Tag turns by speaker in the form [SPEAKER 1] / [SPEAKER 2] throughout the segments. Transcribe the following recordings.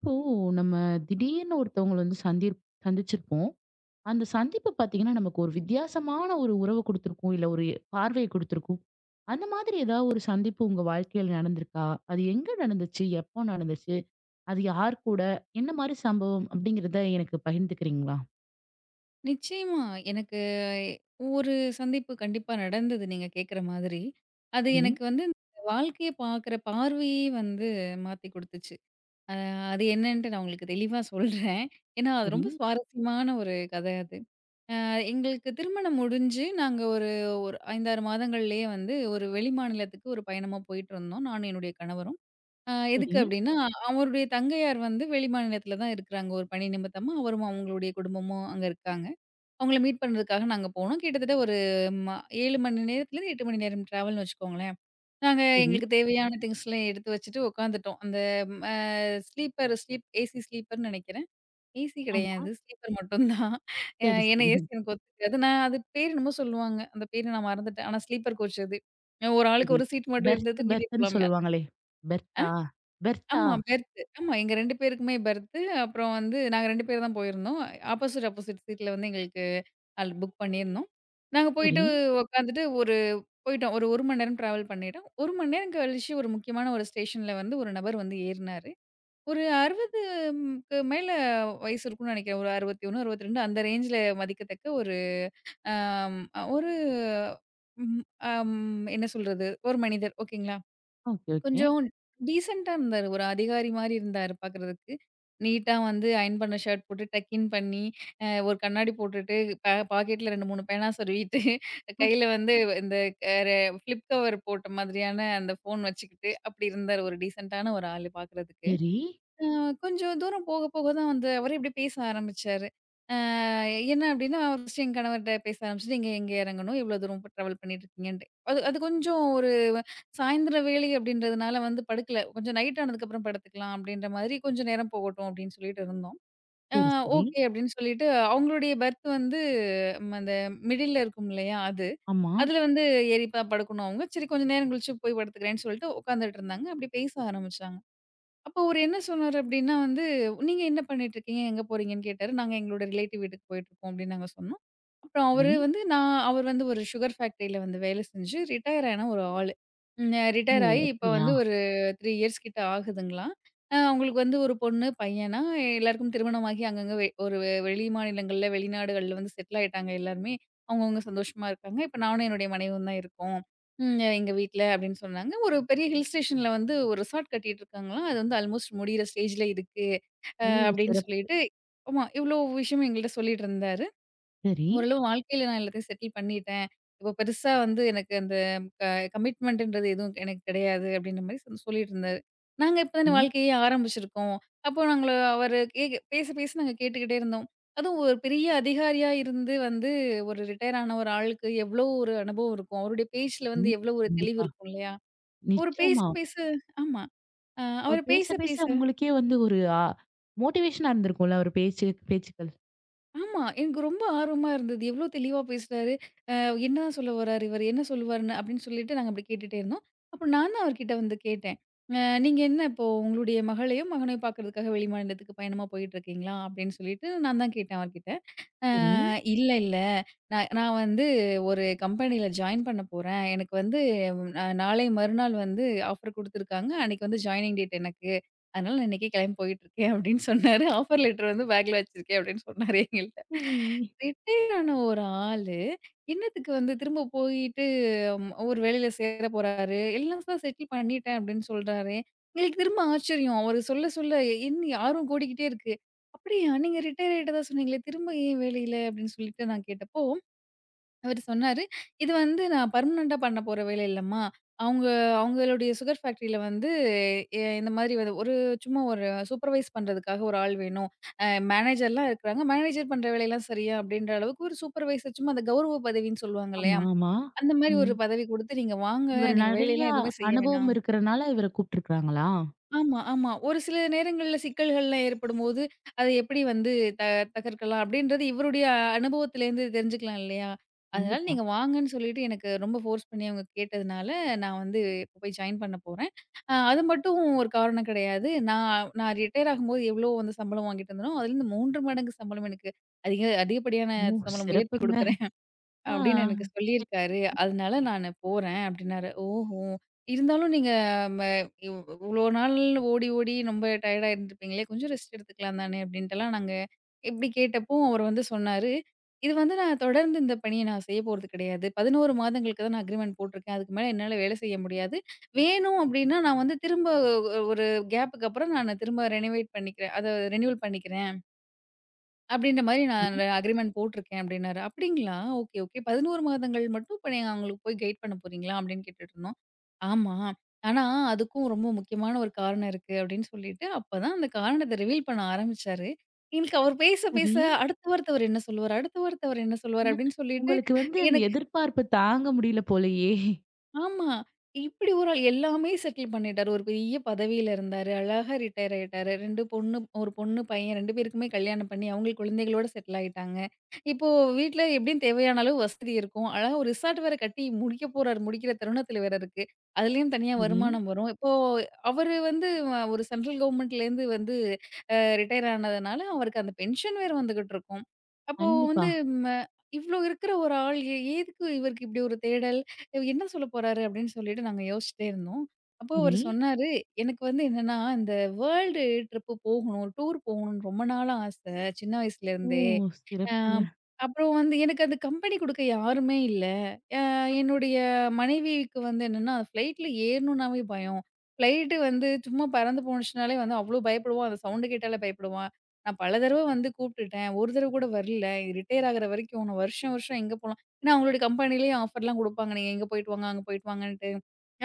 [SPEAKER 1] இப்போ நம்ம திடீர்னு ஒருத்தவங்கள வந்து சந்திச்சிருப்போம். அந்த சந்திப்பு பார்த்தீங்கன்னா, நமக்கு ஒரு வித்தியாசமான ஒரு உறவு குடுத்திருக்கும். இல்ல ஒரு பார்வைய குடுத்திருக்கும். அந்த மாதிரி ஏதாவது ஒரு சந்திப்பு உங்க வாழ்க்கையில நடந்திருக்கா? அது எங்க நடந்துச்சு? எப்போ நடந்துச்சு? அது யார் கூட? என்ன மாரி சம்பவம்? அப்படிங்கிறத எனக்கு பகிர்ந்துக்கிறீங்களா?
[SPEAKER 2] நிச்சயமா. எனக்கு ஒரு சந்திப்பு கண்டிப்பா நடந்தது நீங்க கேக்குற மாதிரி. அது
[SPEAKER 1] சரி,
[SPEAKER 2] எனக்கு வந்து இந்த வாழ்க்கைய பாக்குற பார்வையே வந்து மாத்தி குடுத்துச்சு. அ அது என்னன்ட்டு நான் உங்களுக்கு தெளிவா சொல்றேன். ஏன்னா, அது
[SPEAKER 1] சரி,
[SPEAKER 2] ரொம்ப சுவாரஸ்யமான ஒரு கதை அது. எங்களுக்கு திருமணம் முடிஞ்சு நாங்க ஒரு ஒரு 5, 6 மாதங்கள்லயே வந்து ஒரு வெளிமாநிலத்துக்கு ஒரு பயணமா போயிட்டுருந்தோம். நானும் என்னுடைய கணவரும். எதுக்கு
[SPEAKER 1] சரி,
[SPEAKER 2] அப்டின்னா, அவருடைய தங்கையார் வந்து வெளிமாநிலத்தில தான் இருக்குறாங்க. ஒரு பணி நிமித்தமா அவரும் அவங்களுடைய குடும்பமும் அங்க இருக்காங்க. அவங்கள மீட் பண்ணுறதுக்காக நாங்க போனோம். கிட்டத்தட்ட ஒரு ம 7 மணி நேரத்துலேருந்து 8 மணி நேரம் ட்ராவல்னு வச்சுக்கோங்களேன். நாங்க
[SPEAKER 1] சரி.
[SPEAKER 2] எங்களுக்கு தேவையான திங்ஸ்லாம் எடுத்து வச்சுட்டு உட்காந்துட்டோம். அந்த ம் அ ஸ்லீப்பர் ஏசி ஸ்லீப்பர்ன்னு நெனைக்கிறேன். ஏசி
[SPEAKER 1] ஆமா.
[SPEAKER 2] கிடையாது. ஸ்லீப்பர் மட்டும் தான். அ
[SPEAKER 1] சரி,
[SPEAKER 2] ஏன்னா
[SPEAKER 1] சரி.
[SPEAKER 2] ஏசி எனக்கு ஒத்துக்காது. நான் அது பேர் என்னமோ சொல்லுவாங்க. அந்த பேரு நான் மறந்துட்டேன். ஆனா ஸ்லீப்பர் கோச் அது. ஒரு ஆளுக்கு
[SPEAKER 1] சரி.
[SPEAKER 2] ஒரு சீட் மட்டும் இருந்தா
[SPEAKER 1] பெர்த்
[SPEAKER 2] தூங்கிட்டே
[SPEAKER 1] பெர்த்ன்னு
[SPEAKER 2] போலாமே.
[SPEAKER 1] சொல்லுவாங்களே. பெர்த்தா? பெர்த்தா?
[SPEAKER 2] ஆமா பெர்த்து. ஆமா எங்க 2 பேருக்குமே பெர்த்து. அப்புறம் வந்து நாங்க 2 பேர் தான் போயிருந்தோம். ஆப்போசிட், ஆப்போசிட் சீட்ல வந்து எங்களுக்கு அது புக் பண்ணியிருந்தோம். நாங்க
[SPEAKER 1] சரி.
[SPEAKER 2] போயிட்டு உட்காந்துட்டு போயிட்டோம். ஒரு 1 மணி நேரம் டிராவல் பண்ணிட்டோம். 1 மணி நேரம் கழிச்சு ஒரு முக்கியமான ஒரு ஸ்டேஷன்ல வந்து ஒரு நபர் வந்து ஏறினாரு. ஒரு 60க்கு மேல வயசு இருக்கும்னு நினைக்கிறேன். ஒரு 61, 62 அந்த ரேஞ்சில மதிக்கத்தக்க ஒரு அம் ஒரு ம் அம் என்ன சொல்றது? ஒரு மனிதர், ஓகேங்களா?
[SPEAKER 1] Okay, okay.
[SPEAKER 2] கொஞ்சம் டீசென்ட்டா இருந்தாரு. ஒரு அதிகாரி மாரி இருந்தாரு பார்க்குறதுக்கு. நீட்டா வந்து அயர்ன் பண்ண ஷர்ட் போட்டு டக் இன் பண்ணி, ஒரு கண்ணாடி போட்டுட்டு, பாக்கெட்ல 2, 3 பேனா சொருவிட்டு, கையில வந்து இந்த அ ரெ ஃபிளிப் கவர் போட்ட மாதிரியான அந்த ஃபோன் வச்சுக்கிட்டு, அப்படி இருந்தாரு. ஒரு டீசென்ட்டான ஒரு ஆளு பார்க்குறதுக்கு.
[SPEAKER 1] சரி.
[SPEAKER 2] அ கொஞ்சம் தூரம் போக போக தான் வந்து அவரே இப்படி பேச ஆரம்பிச்சாரு. அ என்ன அப்டின்னா, ஃபர்ஸ்ட்டு என் கணவர்ட்ட பேச ஆரம்பிச்சுட்டு, "எங்க எங்க எறங்கணும்? எவ்ளோ தூரம் ட்ராவல் பண்ணிட்டுருக்கீங்கன்ட்டு." அது அது கொஞ்சம் ஒரு சாயந்திர வேளை அப்டின்றதுனால வந்து படுக்கல. கொஞ்சம் நைட் ஆனதுக்கப்புறம் படுத்துக்கலாம் அப்டின்ற மாதிரி கொஞ்சம் நேரம் போகட்டும் அப்டின்னு சொல்லிட்டு இருந்தோம். அ
[SPEAKER 1] சரி, சரி.
[SPEAKER 2] ஓகே அப்டின்னு சொல்லிட்டு அவங்களுடைய பெர்த் வந்து அந்த மிடில்ல இருக்கும் இல்லையா? அது.
[SPEAKER 1] ஆமா.
[SPEAKER 2] அதுல வந்து ஏறிப்பா படுக்கணும் அவங்க. சரி கொஞ்ச நேரம் கழிச்சு போய் படுத்துக்கிறேன்னு சொல்லிட்டு உட்காந்துட்டு இருந்தாங்க. அப்டி பேச ஆரம்பிச்சாங்க. அப்போ அவரு என்ன சொன்னாரு அப்டின்னா வந்து, "நீங்க என்ன பண்ணிட்டுருக்கீங்க? எங்க போறீங்கன்னு?" கேட்டாரு. "நாங்க எங்களோட ரிலேட்டிவ் வீட்டுக்கு போயிட்டுருக்கோம்" அப்டின்னு நாங்க சொன்னோம். அப்புறம்
[SPEAKER 1] வி
[SPEAKER 2] அவரு வந்து அவர் வந்து ஒரு சுகர் ஃபேக்டரில வந்து வேலை செஞ்சு ரிட்டயர் ஆன ஒரு ஆளு.
[SPEAKER 1] ஓ!
[SPEAKER 2] ரிட்டயர் ஆயி இப்ப
[SPEAKER 1] அப்படியா?
[SPEAKER 2] வந்து ஒரு 3 இயர்ஸ் கிட்ட ஆகுதுங்களாம். அவங்களுக்கு வந்து ஒரு பொண்ணு, பையனா எல்லாருக்கும் திருமணமாகி அங்கங்க வெளி மாநிலங்கள்ல, வெளிநாடுகள்ல வந்து செட்டில் ஆயிட்டாங்க எல்லாருமே. அவங்கவங்க சந்தோஷமா இருக்காங்க. இப்ப நானும் என்னுடைய மனைவியும் தான் இருக்கோம். ம். எங்க வீட்ல அப்படின்னு சொன்னாங்க. ஒரு பெரிய ஹில் ஸ்டேஷன்ல வந்து ஒரு ரிசார்ட் கட்டிட்டு இருக்காங்களாம். அது வந்து ஆல்மோஸ்ட் முடியிற ஸ்டேஜ்ல இருக்கு.
[SPEAKER 1] ஓ!
[SPEAKER 2] அப்படின்னு
[SPEAKER 1] சிறப்பு.
[SPEAKER 2] சொல்லிட்டு ஆமா, இவ்ளோ விஷயம் எங்கள்ட்ட சொல்லிட்டு இருந்தாரு.
[SPEAKER 1] சரி.
[SPEAKER 2] ஓரளவு வாழ்க்கையில நான் எல்லாத்தையும் செட்டில் பண்ணிட்டேன். இப்போ பெருசா வந்து எனக்கு அந்த க கமிட்மெண்ட்ன்றது எதுவும் எனக்கு கிடையாது அப்படின்ற மாரி சொல்லிட்டு இருந்தாரு. நாங்க இப்ப தானே
[SPEAKER 1] வி
[SPEAKER 2] வாழ்க்கையே ஆரம்பிச்சிருக்கோம். அப்போ நாங்கள அவரு பேச பேச நாங்க கேட்டுக்கிட்டே இருந்தோம். அதுவும் ஒரு பெரிய அதிகாரியா இருந்து வந்து ஒரு ரிட்டயர் ஆன ஒரு ஆளுக்கு எவ்வளோ ஒரு அனுபவம் இருக்கும். அவருடைய பேச்சுல வந்து
[SPEAKER 1] ம்.
[SPEAKER 2] எவ்வளோ ஒரு தெளிவு
[SPEAKER 1] கண்டிப்பா.
[SPEAKER 2] இருக்கும் இல்லையா? அவரு பேச
[SPEAKER 1] நிச்சயமா.
[SPEAKER 2] பேச ஆமா. அ
[SPEAKER 1] அவர்
[SPEAKER 2] அவரு
[SPEAKER 1] பேச,
[SPEAKER 2] பேச
[SPEAKER 1] பேச
[SPEAKER 2] பேச
[SPEAKER 1] உங்களுக்கே வந்து ஒரு மோட்டிவேஷனா இருந்திருக்கும்ல அவரு பேச்சு பேச்சுக்கள்.
[SPEAKER 2] ஆமா, எனக்கு ரொம்ப ஆர்வமா இருந்தது. எவ்ளோ தெளிவா பேசுறாரு. அ என்னதான் சொல்ல வராரு இவரு? என்ன சொல்லுவாருன்னு? அப்படின்னு சொல்லிட்டு நாங்க அப்படி கேட்டுட்டே இருந்தோம். அப்புறம் நான் தான் அவர்கிட்ட வந்து கேட்டேன். நீங்க என்ன இப்போ உங்களுடைய மகளையும், மகனையும் பார்க்கறதுக்காக வெளிமாநிலத்துக்கு பயணமா போயிட்டு இருக்கீங்களா?" அப்படின்னு சொல்லிட்டு நான் தான் கேட்டேன் அவர்கிட்ட. ஆ
[SPEAKER 1] சரி.
[SPEAKER 2] இல்ல, இல்ல. நான் நான் வந்து ஒரு கம்பெனில ஜாயின் பண்ண போறேன். எனக்கு வந்து நாளை மறுநாள் வந்து ஆஃபர் குடுத்துருக்காங்க. அன்னைக்கு வந்து ஜாயினிங் டேட் எனக்கு. அதனால நான் இன்னைக்கே கிளம்பி போயிட்டுருக்கேன் அப்படின்னு சொன்னாரு. ஆஃபர் லெட்டர் வந்து பேக்ல வச்சிருக்கேன் அப்படின்னு சொன்னாரு எங்கள்ட்ட.
[SPEAKER 1] சரி.
[SPEAKER 2] ரிட்டயர் ஆன ஒரு ஆளு, என்னத்துக்கு வந்து திரும்ப போயிட்டு ஒரு வேலையில சேர போறாரு. எல்லாம் தான் செட்டில் பண்ணிட்டேன் அப்படின்னு சொல்றாரே. எங்களுக்கு திரும்ப ஆச்சரியம். அவரு சொல்ல சொல்ல என்ன ஆர்வம் கூடிக்கிட்டே இருக்கு. அப்படியா? நீங்க ரிட்டயர் ஆயிட்டதா சொன்னீங்களே, திரும்ப ஏன் வேலையில அப்படின்னு சொல்லிட்டு நான் கேட்டப்போ, அவரு சொன்னாரு, "இது வந்து நான் பெர்மனன்ட்டா பண்ண போற வேலை இல்லம்மா. அவங்க அவங்களுடைய சுகர் ஃபேக்டரியில வந்து இந்த மாதிரி வந்து ஒரு சும்மா ஒரு சூப்பர்வைஸ் பண்றதுக்காக ஒரு ஆள் வேணும். அ மேனேஜர்லாம் இருக்கிறாங்க. மேனேஜர் பண்ற வேலையெல்லாம் சரியா அப்படின்ற அளவுக்கு ஒரு சூப்பர்வைசர் சும்மா அந்த கௌரவ பதவின்னு சொல்லுவாங்க இல்லையா?
[SPEAKER 1] ஆமா, ஆமா.
[SPEAKER 2] அந்த மாதிரி
[SPEAKER 1] ம்.
[SPEAKER 2] ஒரு பதவி கொடுத்து நீங்க வாங்க.
[SPEAKER 1] இவரு
[SPEAKER 2] நீங்க
[SPEAKER 1] நெறையா
[SPEAKER 2] வேலையெல்லாம் எதுவுமே செய்ய
[SPEAKER 1] அனுபவம்
[SPEAKER 2] வேணாம்."
[SPEAKER 1] இருக்கிறனால இவர கூப்ட்டுருக்காங்களா?
[SPEAKER 2] ஆமா, ஆமா. ஒரு சில நேரங்கள்ல சிக்கல்கள்லாம் ஏற்படும்போது, அதை எப்படி வந்து த தகர்க்கலாம் அப்படின்றது இவருடைய அனுபவத்திலேருந்து தெரிஞ்சுக்கலாம் இல்லையா? அதனால
[SPEAKER 1] கண்டிப்பா.
[SPEAKER 2] நீங்க வாங்கன்னு சொல்லிட்டு எனக்கு ரொம்ப ஃபோர்ஸ் பண்ணி அவங்க கேட்டதுனால, நான் வந்து இப்ப போய் ஜாயின் பண்ண போறேன். அது மட்டும் ஒரு காரணம் கிடையாது. நான் நான் ரிட்டயர் ஆகும்போது எவ்வளோ வந்து சம்பளம் வாங்கிட்டு இருந்தேனோ, அதிலேருந்து 3 மடங்கு சம்பளம் எனக்கு அதிக அதிகப்படியான
[SPEAKER 1] ஓ!
[SPEAKER 2] சம்பளம் உயர்த்தி
[SPEAKER 1] சிறப்புங்க.
[SPEAKER 2] குடுக்குறாங்க.
[SPEAKER 1] ஆ.
[SPEAKER 2] அப்படின்னு எனக்கு சொல்லியிருக்காரு. அதனால நானு போறேன் அப்படின்னாரு. ஓஹோ! இருந்தாலும் நீங்க ம இவ் இவ்ளோ நாள் ஓடி, ஓடி ரொம்ப டயர்டா இருந்திருப்பீங்களே! கொஞ்சம் ரெஸ்ட் எடுத்துக்கலாம் தானே! அப்படின்ட்டுலாம் நாங்க இப்படி கேட்டப்போ அவர் வந்து சொன்னாரு. இது வந்து நான் தொடர்ந்து இந்த பணிய நான் செய்ய போறது கிடையாது. 11 மாதங்களுக்கு தான் நான் அக்ரிமெண்ட் போட்டிருக்கேன். அதுக்கு மேல என்னால வேலை செய்ய முடியாது. வேணும் அப்படின்னா நான் வந்து திரும்ப ஒரு கேப்புக்கு அப்புறம் நான் திரும்ப ரெனோவேட் பண்ணிக்கிறேன். அத ரெனியூவல் பண்ணிக்கிறேன். அப்படின்ற மாரி நான்
[SPEAKER 1] சரி,
[SPEAKER 2] அக்ரீமெண்ட் போட்டிருக்கேன் அப்படின்னாரு. "அப்படிங்களா? Okay, okay. 11 மாதங்கள் மட்டும் இப்ப நீங்க அவங்களுக்கு போய் கைட் பண்ண போறீங்களா?" அப்படின்னு கேட்டுட்டுருந்தோம். "ஆமா. ஆனா அதுக்கும் ரொம்ப முக்கியமான ஒரு காரணம் இருக்கு." அப்படின்னு சொல்லிட்டு அப்பதான் அந்த காரணத்த ரிவீல் பண்ண ஆரம்பிச்சாரு. எனக்கு அவர் பேச, பேச
[SPEAKER 1] சரி.
[SPEAKER 2] அடுத்த வார்த்தை அவர் என்ன சொல்லுவாரு? அடுத்த வார்த்தை அவர் என்ன சொல்லுவாரு?
[SPEAKER 1] ம்.
[SPEAKER 2] அப்படின்னு சொல்லிட்டு
[SPEAKER 1] உங்களுக்கு வந்து அந்த
[SPEAKER 2] எனக்கு
[SPEAKER 1] எதிர்பார்ப்பு தாங்க முடியல போலயே!
[SPEAKER 2] ஆமா. இப்படி ஒரு ஆள் எல்லாமே செட்டில் பண்ணிட்டாரு. ஒரு பெரிய பதவியில இருந்தாரு. அழகா ரிட்டயர் ஆயிட்டாரு. 2 பொண்ணு 1 பொண்ணு, பையன் 2 பேருக்குமே கல்யாணம் பண்ணி, அவங்களுக்கு குழந்தைகளோட செட்டில் ஆயிட்டாங்க. இப்போ வீட்ல எப்படியும் தேவையான அளவு வசதி இருக்கும். அழகா ஒரு ரிசார்ட் வேற கட்டி முடிக்க போறாரு. முடிக்கிற தருணத்துல வேற இருக்கு. அதுலயும் தனியா
[SPEAKER 1] சரி.
[SPEAKER 2] வருமானம் வரும். இப்போ அவரு வந்து ஒரு சென்ட்ரல் கவர்மெண்ட்லேருந்து வந்து ரிட்டயர் ஆனதுனால, அவருக்கு அந்த பென்ஷன் வேற வந்துகிட்டு இருக்கும். அப்போ
[SPEAKER 1] கண்டிப்பா.
[SPEAKER 2] வந்து ம இவ்ளோ இருக்கிற ஒரு ஆள் எதுக்கு இவருக்கு இப்படி ஒரு தேடல்? இவர் என்ன சொல்ல போறாரு அப்படின்னு சொல்லிட்டு நாங்க யோசிச்சுட்டே இருந்தோம். அப்போ
[SPEAKER 1] சரி.
[SPEAKER 2] அவரு சொன்னாரு, "எனக்கு வந்து என்னன்னா, இந்த வேர்ல்டு ட்ரிப்பு போகணும், டூர் போகணும்னு ரொம்ப நாளா ஆசை. சின்ன வயசுல
[SPEAKER 1] ஓ!
[SPEAKER 2] இருந்தே. அ
[SPEAKER 1] சிறப்புங்க.
[SPEAKER 2] அப்புறம் வந்து எனக்கு அந்த கம்பெனி குடுக்க யாருமே இல்ல. அ என்னுடைய மனைவிக்கு வந்து என்னன்னா, ஃப்ளைட்ல ஏறணும்னாவே பயம். ஃப்ளைட்டு வந்து சும்மா பறந்து போணுச்சுனாலே வந்து அவ்ளோ பயப்படுவா. அந்த சவுண்டு கேட்டாலே பயப்படுவா. நான் பல தடவ வந்து கூப்பிட்டுட்டேன். ஒரு தடவ கூட வரல. ரிட்டயர் ஆகுற வரைக்கும் உன்ன வருஷம் வருஷம் எங்க போனாலும் ஏன்னா, அவங்களுடைய கம்பெனிலேயே ஆஃபர்லாம் குடுப்பாங்க. நீங்க இங்க போயிட்டு வாங்க, அங்க போயிட்டு வாங்கன்ட்டு.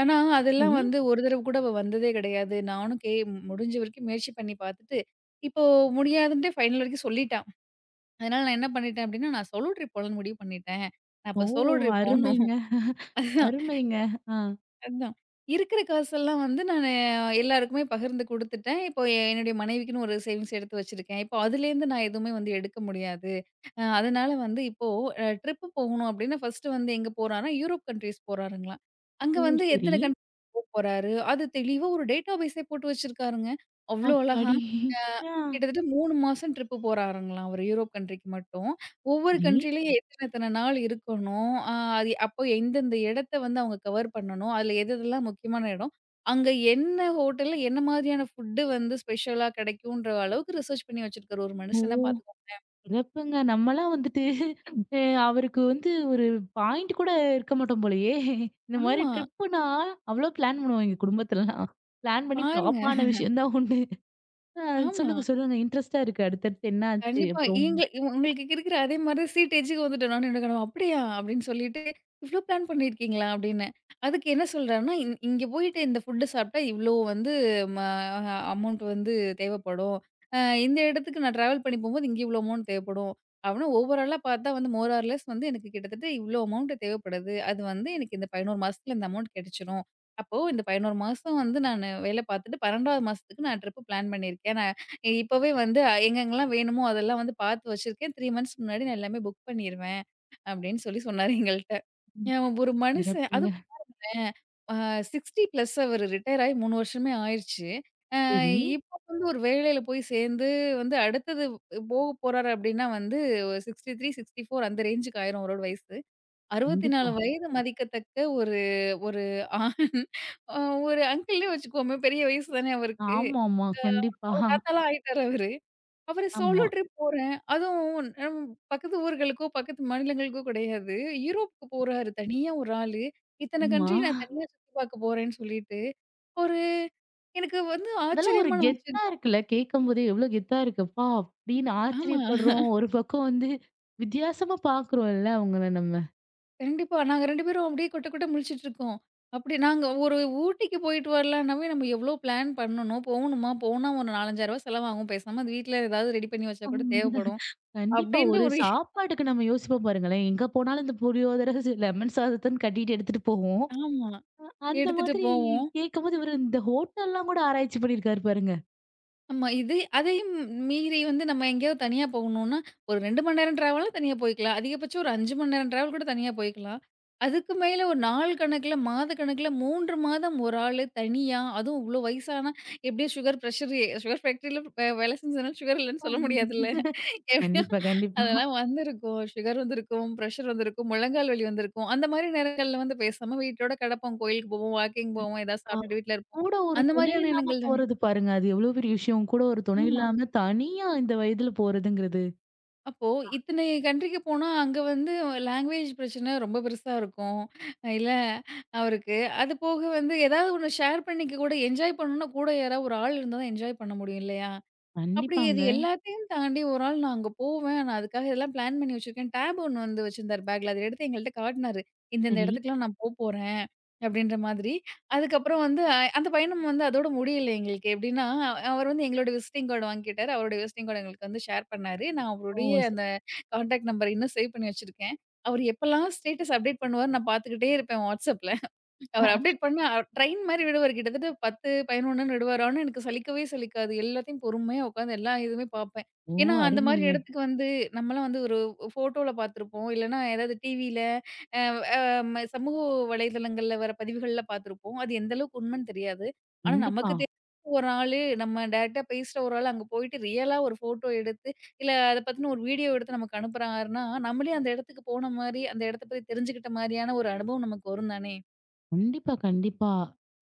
[SPEAKER 2] ஆனா, அதெல்லாம்
[SPEAKER 1] சரி.
[SPEAKER 2] வந்து ஒரு தடவ கூட அவ வந்ததே கிடையாது. நானும் முடிஞ்ச வரைக்கும் முயற்சி பண்ணி பார்த்துட்டு, இப்போ முடியாதுன்ட்டு ஃபைனல் வரைக்கும் சொல்லிட்டா. அதனால நான் என்ன பண்ணிட்டேன் அப்டின்னா, நான் சோலோ ட்ரிப் போலான்னு முடிவு பண்ணிட்டேன். நான்
[SPEAKER 1] ஓ!
[SPEAKER 2] அப்ப சோலோ ட்ரிப் போணும்.
[SPEAKER 1] அருமைங்க, அருமைங்க. ஆ.
[SPEAKER 2] அதான். இருக்கிற காசெல்லாம் வந்து நானு எல்லாருக்குமே பகிர்ந்து குடுத்துட்டேன். இப்போ என்னுடைய மனைவிக்குன்னு ஒரு சேவிங்ஸ் எடுத்து வச்சிருக்கேன். இப்போ அதுலேருந்து நான் எதுவுமே வந்து எடுக்க முடியாது. அதனால வந்து இப்போ ட்ரிப் போகணும் அப்டின்னா, ஃபர்ஸ்ட்டு வந்து எங்க போறார்னா, யூரோப் கண்ட்ரீஸ் போறாருங்களாம். அங்க
[SPEAKER 1] ஓ!
[SPEAKER 2] வந்து
[SPEAKER 1] சரி.
[SPEAKER 2] எத்தன கண்ட்ரி போறாரு, அது தெளிவா ஒரு டேட்டாபேஸே போட்டு வச்சிருக்காருங்க. அவ்ளோ அழகா.
[SPEAKER 1] ஆத்தாடி!
[SPEAKER 2] அ
[SPEAKER 1] ஆ.
[SPEAKER 2] கிட்டத்தட்ட 3 மாசம் ட்ரிப்பு போறாருங்களாம் அவரு யூரோப் கண்ட்ரிக்கு மட்டும். ஒவ்வொரு
[SPEAKER 1] சரி.
[SPEAKER 2] கண்ட்ரிலயும் எத்தன எத்தன நாள் இருக்கணும். அது அப்போ எந்தெந்த இடத்த வந்து அவங்க கவர் பண்ணணும். அதுல எது எதெல்லாம் முக்கியமான இடம். அங்க என்ன ஹோட்டல்ல என்ன மாதிரியான ஃபுட் வந்து ஸ்பெஷலா கிடைக்குன்ற அளவுக்கு ரிசர்ச் பண்ணி வச்சிருக்காரு ஒரு
[SPEAKER 1] ஓ!
[SPEAKER 2] மனுஷன பாத்துக்கோங்க.
[SPEAKER 1] சிறப்புங்க. நம்மலாம் வந்துட்டு அ அவருக்கு வந்து ஒரு பாயிண்ட் கூட இருக்க மாட்டோம் போலயே! இந்த மாரி
[SPEAKER 2] ஆமா,
[SPEAKER 1] ட்ரிப்புனா அவ்ளோ பிளான் பண்ணுவோம் எங்க குடும்பத்துலலாம். பிளான் பண்ணி ஃப்ளாப்
[SPEAKER 2] பாருங்க.
[SPEAKER 1] ஆன விஷயம் தான் உண்டு. ஆ
[SPEAKER 2] ஆமா.
[SPEAKER 1] சொல்லுங்க, சொல்லுங்க. இன்ட்ரெஸ்ட்டா இருக்கு. அடுத்தடுத்து என்ன ஆச்சு
[SPEAKER 2] கண்டிப்பா.
[SPEAKER 1] அப்புறம்?
[SPEAKER 2] உங்களுக்கு இருக்கிற அதே மாரி சீட்டேஜுக்கு வந்துட்டோம். நானும் என்னோட கணவரும், "அப்படியா?" அப்படின்னு சொல்லிட்டு, "இவ்ளோ பிளான் பண்ணியிருக்கீங்களா?" அப்படின்னு. அதுக்கு என்ன சொல்றாருன்னா, இங்க போயிட்டு இந்த ஃபுட்டு சாப்பிட்டா இவ்ளோ வந்து ம அமௌண்ட் வந்து தேவைப்படும். அ இந்த இடத்துக்கு நான் ட்ராவல் பண்ணி போம்போது இங்க இவ்ளோ அமௌண்ட் தேவைப்படும்." அப்படின்னா ஓவராலா பார்த்தா வந்து மோர் ஆர் லெஸ் வந்து எனக்கு கிட்டத்தட்ட இவ்ளோ அமௌண்ட் தேவைப்படுது. அது வந்து எனக்கு இந்த 11 மாசத்துல இந்த அமௌண்ட் கிடைச்சிரும். அப்போ இந்த 11 மாசம் வந்து நானு வேலை பார்த்துட்டு 12வது மாசத்துக்கு நான் ட்ரிப் பிளான் பண்ணியிருக்கேன். இப்பவே வந்து எங்கெங்கலாம் வேணுமோ அதெல்லாம் வந்து பார்த்து வச்சிருக்கேன். 3 மந்த்ஸ் முன்னாடி நான் எல்லாமே புக் பண்ணிருவேன். அப்படின்னு சொல்லி சொன்னாரு எங்கள்ட்ட.
[SPEAKER 1] ம்.
[SPEAKER 2] அ ஒரு மனுஷன்
[SPEAKER 1] சிறப்புங்க.
[SPEAKER 2] அதுவும் பாரேன், அ 60 பிளஸ் அவரு ரிட்டயர் ஆயி 3 வருஷமே ஆயிருச்சு. அ
[SPEAKER 1] சரி.
[SPEAKER 2] இப்போ வந்து ஒரு வேலையில போய் சேர்ந்து வந்து அடுத்தது போக போறாரு அப்படின்னா வந்து 63, 64 அந்த ரேஞ்சுக்கு ஆயிரும் அவரோட வயசு.
[SPEAKER 1] கண்டிப்பா.
[SPEAKER 2] 64 வயது மதிக்கத்தக்க ஒரு ஒரு ஆண், அ ஒரு அங்கிள்னே வச்சுக்குவோமே, பெரிய வயசு தானே அவருக்கு.
[SPEAKER 1] ஆமாமா.
[SPEAKER 2] அ
[SPEAKER 1] கண்டிப்பா.
[SPEAKER 2] அவர் தாத்தாலாம் ஆயிட்டாரு அவரு. அவரு சோலோ
[SPEAKER 1] ஆமா.
[SPEAKER 2] ட்ரிப் போறேன். அதுவும் பக்கத்து ஊர்களுக்கோ, பக்கத்து மாநிலங்களுக்கோ கிடையாது. யூரோப்க்கு போறாரு தனியா ஒரு ஆளு. இத்தன
[SPEAKER 1] ஆமா.
[SPEAKER 2] கண்ட்ரி நான் தனியா சுத்தி பார்க்க போறேன்னு சொல்லிட்டு, ஒரு எனக்கு வந்து
[SPEAKER 1] அதெல்லாம் ஒரு
[SPEAKER 2] ஆச்சரியமான
[SPEAKER 1] கெத்தா
[SPEAKER 2] ஆச்சரியம்.
[SPEAKER 1] இருக்குல்ல. கேட்கும்போதே எவ்ளோ கெத்தா இருக்குப்பா! அப்படின்னு
[SPEAKER 2] ஆமா.
[SPEAKER 1] ஆச்சரியப்படுறோம். ஒரு பக்கம் வந்து வித்தியாசமா பார்க்குறோம்ல அவங்கள நம்ம.
[SPEAKER 2] கண்டிப்பா. நாங்க 2 பேரும் அப்படியே கொட்ட கொட்ட முழிச்சுட்டு இருக்கோம். அப்படி நாங்க ஒரு ஊட்டிக்கு போயிட்டு வரலான்னாவே நம்ம எவ்வளோ பிளான் பண்ணணும். போகணுமா? போனா ஒரு 4,000, 5,000 செலவாகும். பேசாம அது வீட்ல ஏதாவது ரெடி பண்ணி வச்சா கூட
[SPEAKER 1] ஆமா.
[SPEAKER 2] தேவைப்படும்.
[SPEAKER 1] கண்டிப்பா.
[SPEAKER 2] அப்படின்ற
[SPEAKER 1] ஒரு
[SPEAKER 2] ஒரு
[SPEAKER 1] சாப்பாட்டுக்கு நம்ம யோசிப்போம் பாருங்களேன். எங்க போனாலும் இந்த புளியோதரை, லெமன் சாதத்தன்னு கட்டிட்டு எடுத்துட்டு போவோம்.
[SPEAKER 2] ஆமா,
[SPEAKER 1] அந்த
[SPEAKER 2] எடுத்துட்டு
[SPEAKER 1] மாதிரி
[SPEAKER 2] போவோம்.
[SPEAKER 1] கேட்கும்போது இவரு இந்த ஹோட்டல்லாம் கூட ஆராய்ச்சி பண்ணியிருக்காரு பாருங்க.
[SPEAKER 2] ஆமா. இது அதையும் மீறி வந்து நம்ம எங்கேயாவது தனியா போகணும்னா, ஒரு 2 மணி நேரம் டிராவல்னா தனியா போய்க்கலாம். அதிகபட்சம் ஒரு 5 மணி நேரம் டிராவல் கூட தனியா போய்க்கலாம். அதுக்கு மேல ஒரு நாள் கணக்குல, மாத கணக்குல 3 மாதம் ஒரு ஆளு தனியா, அதுவும் இவ்ளோ வயசானா எப்படியும் சுகர் ஃபேக்டரியில வேலை செஞ்சதுனால சுகர் இல்லன்னு சொல்ல முடியாதுல்ல. எப்படியோ
[SPEAKER 1] கண்டிப்பா, கண்டிப்பா.
[SPEAKER 2] அதெல்லாம் வந்திருக்கும். சுகர் வந்திருக்கும், பிரஷர் வந்திருக்கும், முழங்கால் வலி வந்திருக்கும். அந்த மாரி நேரங்கள்ல வந்து பேசாம வீட்டோட கிடப்போம். கோயிலுக்கு போவோம், வாக்கிங் போவோம், ஏதாவது
[SPEAKER 1] ஆ.
[SPEAKER 2] சாப்பிட்டுட்டு வீட்ல இருப்போம்.
[SPEAKER 1] கூட ஒரு
[SPEAKER 2] அந்த
[SPEAKER 1] துணை
[SPEAKER 2] மாரியான
[SPEAKER 1] இல்லாம
[SPEAKER 2] எண்ணங்கள் தானே.
[SPEAKER 1] போறது பாருங்க. அது எவ்வளோ பெரிய விஷயம். கூட ஒரு துணை
[SPEAKER 2] ஆமா.
[SPEAKER 1] இல்லாம தனியா இந்த வயதுல போறதுங்கிறது.
[SPEAKER 2] அப்போ இத்தனை கண்ட்ரிக்கு போனா, அங்க வந்து லாங்குவேஜ் பிரச்சனை ரொம்ப பெருசா இருக்கும். இல்ல அவருக்கு. அது போக வந்து ஏதாவது ஒண்ணு ஷேர் பண்ணிக்க கூட என்ஜாய் பண்ணணும்னா கூட யாராவது ஒரு ஆள் இருந்தா தான் என்ஜாய் பண்ண முடியும் இல்லையா? அப்படி இது
[SPEAKER 1] கண்டிப்பாங்க.
[SPEAKER 2] எல்லாத்தையும் தாண்டி ஒரு ஆள் நான் அங்க போவேன். நான் அதுக்காக இதெல்லாம் பிளான் பண்ணி வச்சிருக்கேன். டேப் ஒண்ணு வந்து வச்சிருந்தாரு பேக்ல. அத எடுத்து எங்கள்ட்ட காட்டினாரு. இந்த இந்த
[SPEAKER 1] சரி.
[SPEAKER 2] இடத்துக்குலாம் நான் போப்போறேன் அப்படின்ற மாதிரி. அதுக்கப்புறம் வந்து அந்த பயணம் வந்து அதோட முடியல எங்களுக்கு. எப்படின்னா அவர் வந்து எங்களோட விசிட்டிங் கார்டு வாங்கிக்கிட்டாரு. அவருடைய விசிட்டிங் கார்டு எங்களுக்கு வந்து ஷேர் பண்ணாரு. நான் அவருடைய
[SPEAKER 1] ஓ! ச
[SPEAKER 2] கான்டாக்ட் நம்பர் இன்னும் சேவ் பண்ணி வச்சிருக்கேன். அவரு எப்பலாம் ஸ்டேட்டஸ் அப்டேட் பண்ணுவாருன்னு நான் பார்த்துக்கிட்டே இருப்பேன் WhatsAppல. அவர் அப்டேட் பண்ணா ட்ரெயின் மாரி விடுவாரு. கிட்டத்தட்ட 10, 11ன்னு விடுவாரு. ஆனா எனக்கு சலிக்கவே சலிக்காது. எல்லாத்தையும் பொறுமையா உட்காந்து எல்லா இதுவுமே பார்ப்பேன்.
[SPEAKER 1] ஓ!
[SPEAKER 2] ஏன்னா, அந்த மாரி
[SPEAKER 1] அருமைங்க.
[SPEAKER 2] இடத்துக்கு வந்து நம்மலாம் வந்து ஒரு ஃபோட்டோல பார்த்துருப்போம். இல்லன்னா ஏதாவது டிவில அ அ ம சமூக வலைதளங்கள்ல வர பதிவுகள்ல பார்த்துருப்போம். அது எந்த அளவுக்கு உண்மைன்னு தெரியாது. ஆனா
[SPEAKER 1] கண்டிப்பா,
[SPEAKER 2] நமக்கு தெரிஞ்ச ஒரு ஆளு, நம்ம டைரக்ட்டா பேசுற ஒரு ஆள் அங்க போயிட்டு ரியலா ஒரு ஃபோட்டோ எடுத்து, இல்ல அத பத்தின ஒரு வீடியோ எடுத்து நமக்கு அனுப்புறாருன்னா, நம்மளே அந்த இடத்துக்கு போன மாரி, அந்த இடத்த பத்தி தெரிஞ்சுக்கிட்ட மாரியான ஒரு அனுபவம் நமக்கு வரும் தானே!
[SPEAKER 1] கண்டிப்பா, கண்டிப்பா.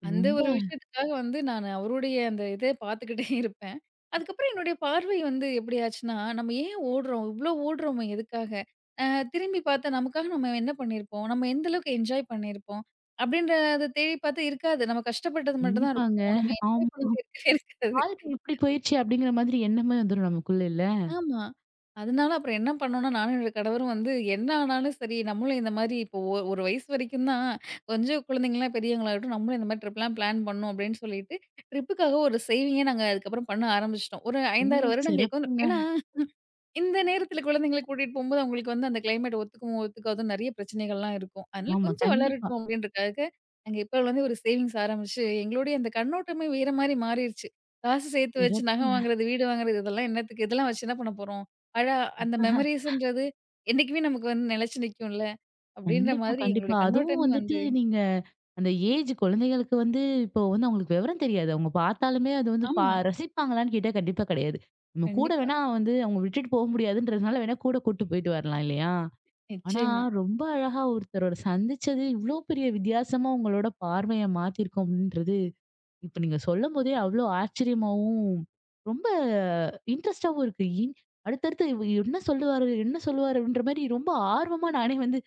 [SPEAKER 2] அந்த
[SPEAKER 1] ரொம்ப
[SPEAKER 2] ஒரு விஷயத்துக்காக வந்து நான் அவருடைய அந்த இத பார்த்துக்கிட்டே இருப்பேன். அதுக்கப்புறம் என்னுடைய பார்வை வந்து எப்படி ஆச்சுன்னா, நம்ம ஏன் ஓடுறோம்? இவ்ளோ ஓடுறோமே எதுக்காக? அ திரும்பி பார்த்தா நமக்காக நம்ம என்ன பண்ணியிருப்போம்? நம்ம எந்த அளவுக்கு என்ஜாய் பண்ணியிருப்போம்? அப்படின்றத தேடி பார்த்தா இருக்காது. நம்ம கஷ்டப்பட்டது மட்டும் தான்
[SPEAKER 1] கண்டிப்பாங்க.
[SPEAKER 2] இருக்கும். நம்ம என்ஜாய்
[SPEAKER 1] ஆமா.
[SPEAKER 2] பண்ணது இருக்கவே இருக்காது.
[SPEAKER 1] வாழ்க்கை இப்படி போயிருச்சு அப்படிங்கிற மாதிரி எண்ணமே வந்துரும் நமக்குள்ள இல்ல?
[SPEAKER 2] ஆமா. அதனால அப்புறம் என்ன பண்ணோம்னா, நானும் என்னோட கணவரும் வந்து என்ன ஆனாலும் சரி, நம்மளும் இந்த மாரி இப்போ ஒரு வயசு வரைக்கும் தான் கொஞ்சம் குழந்தைங்கலாம் பெரியவங்களாகட்டும், நம்மளும் இந்த மாரி ட்ரிப்லாம் பிளான் பண்ணணும் அப்படின்னு சொல்லிட்டு, ட்ரிப்புக்காக ஒரு சேவிங்கே நாங்க அதுக்கப்புறம் பண்ண ஆரம்பிச்சுட்டோம். ஒரு
[SPEAKER 1] ஓ!
[SPEAKER 2] 5, 6 வருடங்களுக்கு வந்து
[SPEAKER 1] சிறப்புங்க.
[SPEAKER 2] ஏன்னா இந்த நேரத்துல குழந்தைங்கள கூட்டிட்டு போம்போது, அவங்களுக்கு வந்து அந்த கிளைமேட் ஒத்துக்குமோ, ஒத்துக்காதோ நெறைய பிரச்சனைகள்லாம் இருக்கும். அதனால
[SPEAKER 1] ஆமா,
[SPEAKER 2] கொஞ்சம்
[SPEAKER 1] கண்டிப்பா.
[SPEAKER 2] வளரட்டும் அப்படின்றக்காக, நாங்க இப்போலருந்தே ஒரு சேவிங்ஸ் ஆரம்பிச்சு, எங்களுடைய அந்த கண்ணோட்டமே வேற மாரி மாறிருச்சு. காசு சேர்த்து வச்சு நகை
[SPEAKER 1] சிறப்புங்க.
[SPEAKER 2] வாங்குறது, வீடு வாங்குறது இதெல்லாம் என்னத்துக்கு? இதெல்லாம் வச்சு என்ன பண்ண போறோம்? அழகா அந்த மெமரீஸ்ன்றது என்னைக்குமே நமக்கு வந்து நிலைச்சு நிக்கும்ல. அப்படின்ற
[SPEAKER 1] கண்டிப்பா,
[SPEAKER 2] மாதிரி
[SPEAKER 1] கண்டிப்பா.
[SPEAKER 2] எங்களுடைய
[SPEAKER 1] அதுவும்
[SPEAKER 2] கண்ணோட்டமே
[SPEAKER 1] வந்துட்டு
[SPEAKER 2] வந்து
[SPEAKER 1] நீங்க அந்த ஏஜ் குழந்தைகளுக்கு வந்து இப்போ வந்து அவங்களுக்கு விவரம் தெரியாது. அவங்க பார்த்தாலுமே அது வந்து பா
[SPEAKER 2] ஆமா,
[SPEAKER 1] ரசிப்பாங்களான்னு கேட்டா கண்டிப்பா கிடையாது. நம்ம கூட
[SPEAKER 2] கண்டிப்பா,
[SPEAKER 1] வேணா வந்து அவங்க விட்டுட்டு போக முடியாதுன்றதுனால வேணா கூட கூட்டு போயிட்டு வரலாம் இல்லையா? ஆனா,
[SPEAKER 2] நிச்சயமா,
[SPEAKER 1] ரொம்ப அழகா ஒருத்தரோட சந்திச்சது இவ்ளோ பெரிய வித்தியாசமா உங்களோட பார்வைய மாத்தியிருக்கும் அப்படின்றது, இப்ப நீங்க சொல்லும்போதே அவ்ளோ ஆச்சரியமாவும், ரொம்ப இன்ட்ரெஸ்ட்டாவும் இருக்கு. அடுத்தடுத்து இவ என்ன சொல்லுவாரு? என்ன சொல்லுவாரு? அப்படின்ற மாரி ரொம்ப ஆர்வமா நானே வந்து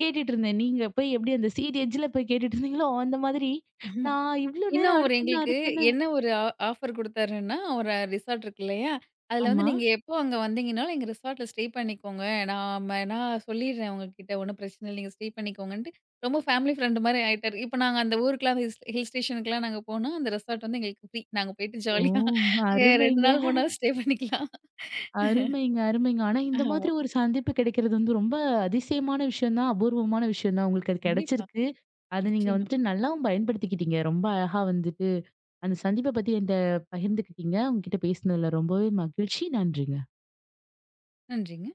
[SPEAKER 1] கேட்டுட்டு இருந்தேன். நீங்க போய் எப்படி அந்த சீட் எட்ஜ்ல போய் கேட்டுட்டு இருந்தீங்களோ, அந்த மாதிரி
[SPEAKER 2] ஆமா.
[SPEAKER 1] நான் இவ்ளோ
[SPEAKER 2] இன்னும்
[SPEAKER 1] நேரம்
[SPEAKER 2] அவரு
[SPEAKER 1] அடுத்தொண்ணு,
[SPEAKER 2] எங்களுக்கு
[SPEAKER 1] அடுத்தொண்ணு
[SPEAKER 2] என்ன ஒரு ஆஃபர் குடுத்தாருன்னா, ஒரு ரிசார்ட் இருக்கு இல்லையா? அதுல வந்து
[SPEAKER 1] ஆமா.
[SPEAKER 2] நீங்க எப்போ அங்க வந்தீங்கனாலும் எங்க ரிசார்ட்ல ஸ்டே பண்ணிக்கோங்க. நான் சொல்லிடுறேன் உங்ககிட்ட ஒண்ணும் பிரச்சனை இல்ல. நீங்க ஸ்டே பண்ணிக்கோங்கன்ட்டு ரொம்ப ஃபேமிலி ஃப்ரெண்ட் மாரி ஆயிட்டாரு. இப்ப நாங்க அந்த ஊருக்குலாம் ஹில் ஸ்டேஷனுக்குலாம் நாங்க போனா, அந்த ரெசார்ட் வந்து எங்களுக்கு ஃப்ரீ. நாங்க போயிட்டு
[SPEAKER 1] ஓ!
[SPEAKER 2] ஜாலியா அங்க 2
[SPEAKER 1] அருமைங்க.
[SPEAKER 2] நாள் 3 நாள் ஸ்டே பண்ணிக்கலாம்.
[SPEAKER 1] அருமைங்க, அருமைங்க. ஆனா இந்த
[SPEAKER 2] ஆமா,
[SPEAKER 1] மாதிரி ஒரு சந்திப்பு கிடைக்கிறது வந்து ரொம்ப அதிசயமான விஷயம் தான். அபூர்வமான விஷயம் தான். உங்களுக்கு அது
[SPEAKER 2] கண்டிப்பா,
[SPEAKER 1] கிடைச்சிருக்கு. அத நீங்க
[SPEAKER 2] நிச்சயமா,
[SPEAKER 1] வந்துட்டு நல்லாவும் பயன்படுத்திக்கிட்டீங்க. ரொம்ப அழகா வந்துட்டு அந்த சந்திப்ப பத்தி என்ட்ட பகிர்ந்துக்கிட்டீங்க. உங்ககிட்ட பேசினதுல ரொம்பவே மகிழ்ச்சி. நன்றிங்க.
[SPEAKER 2] நன்றிங்க.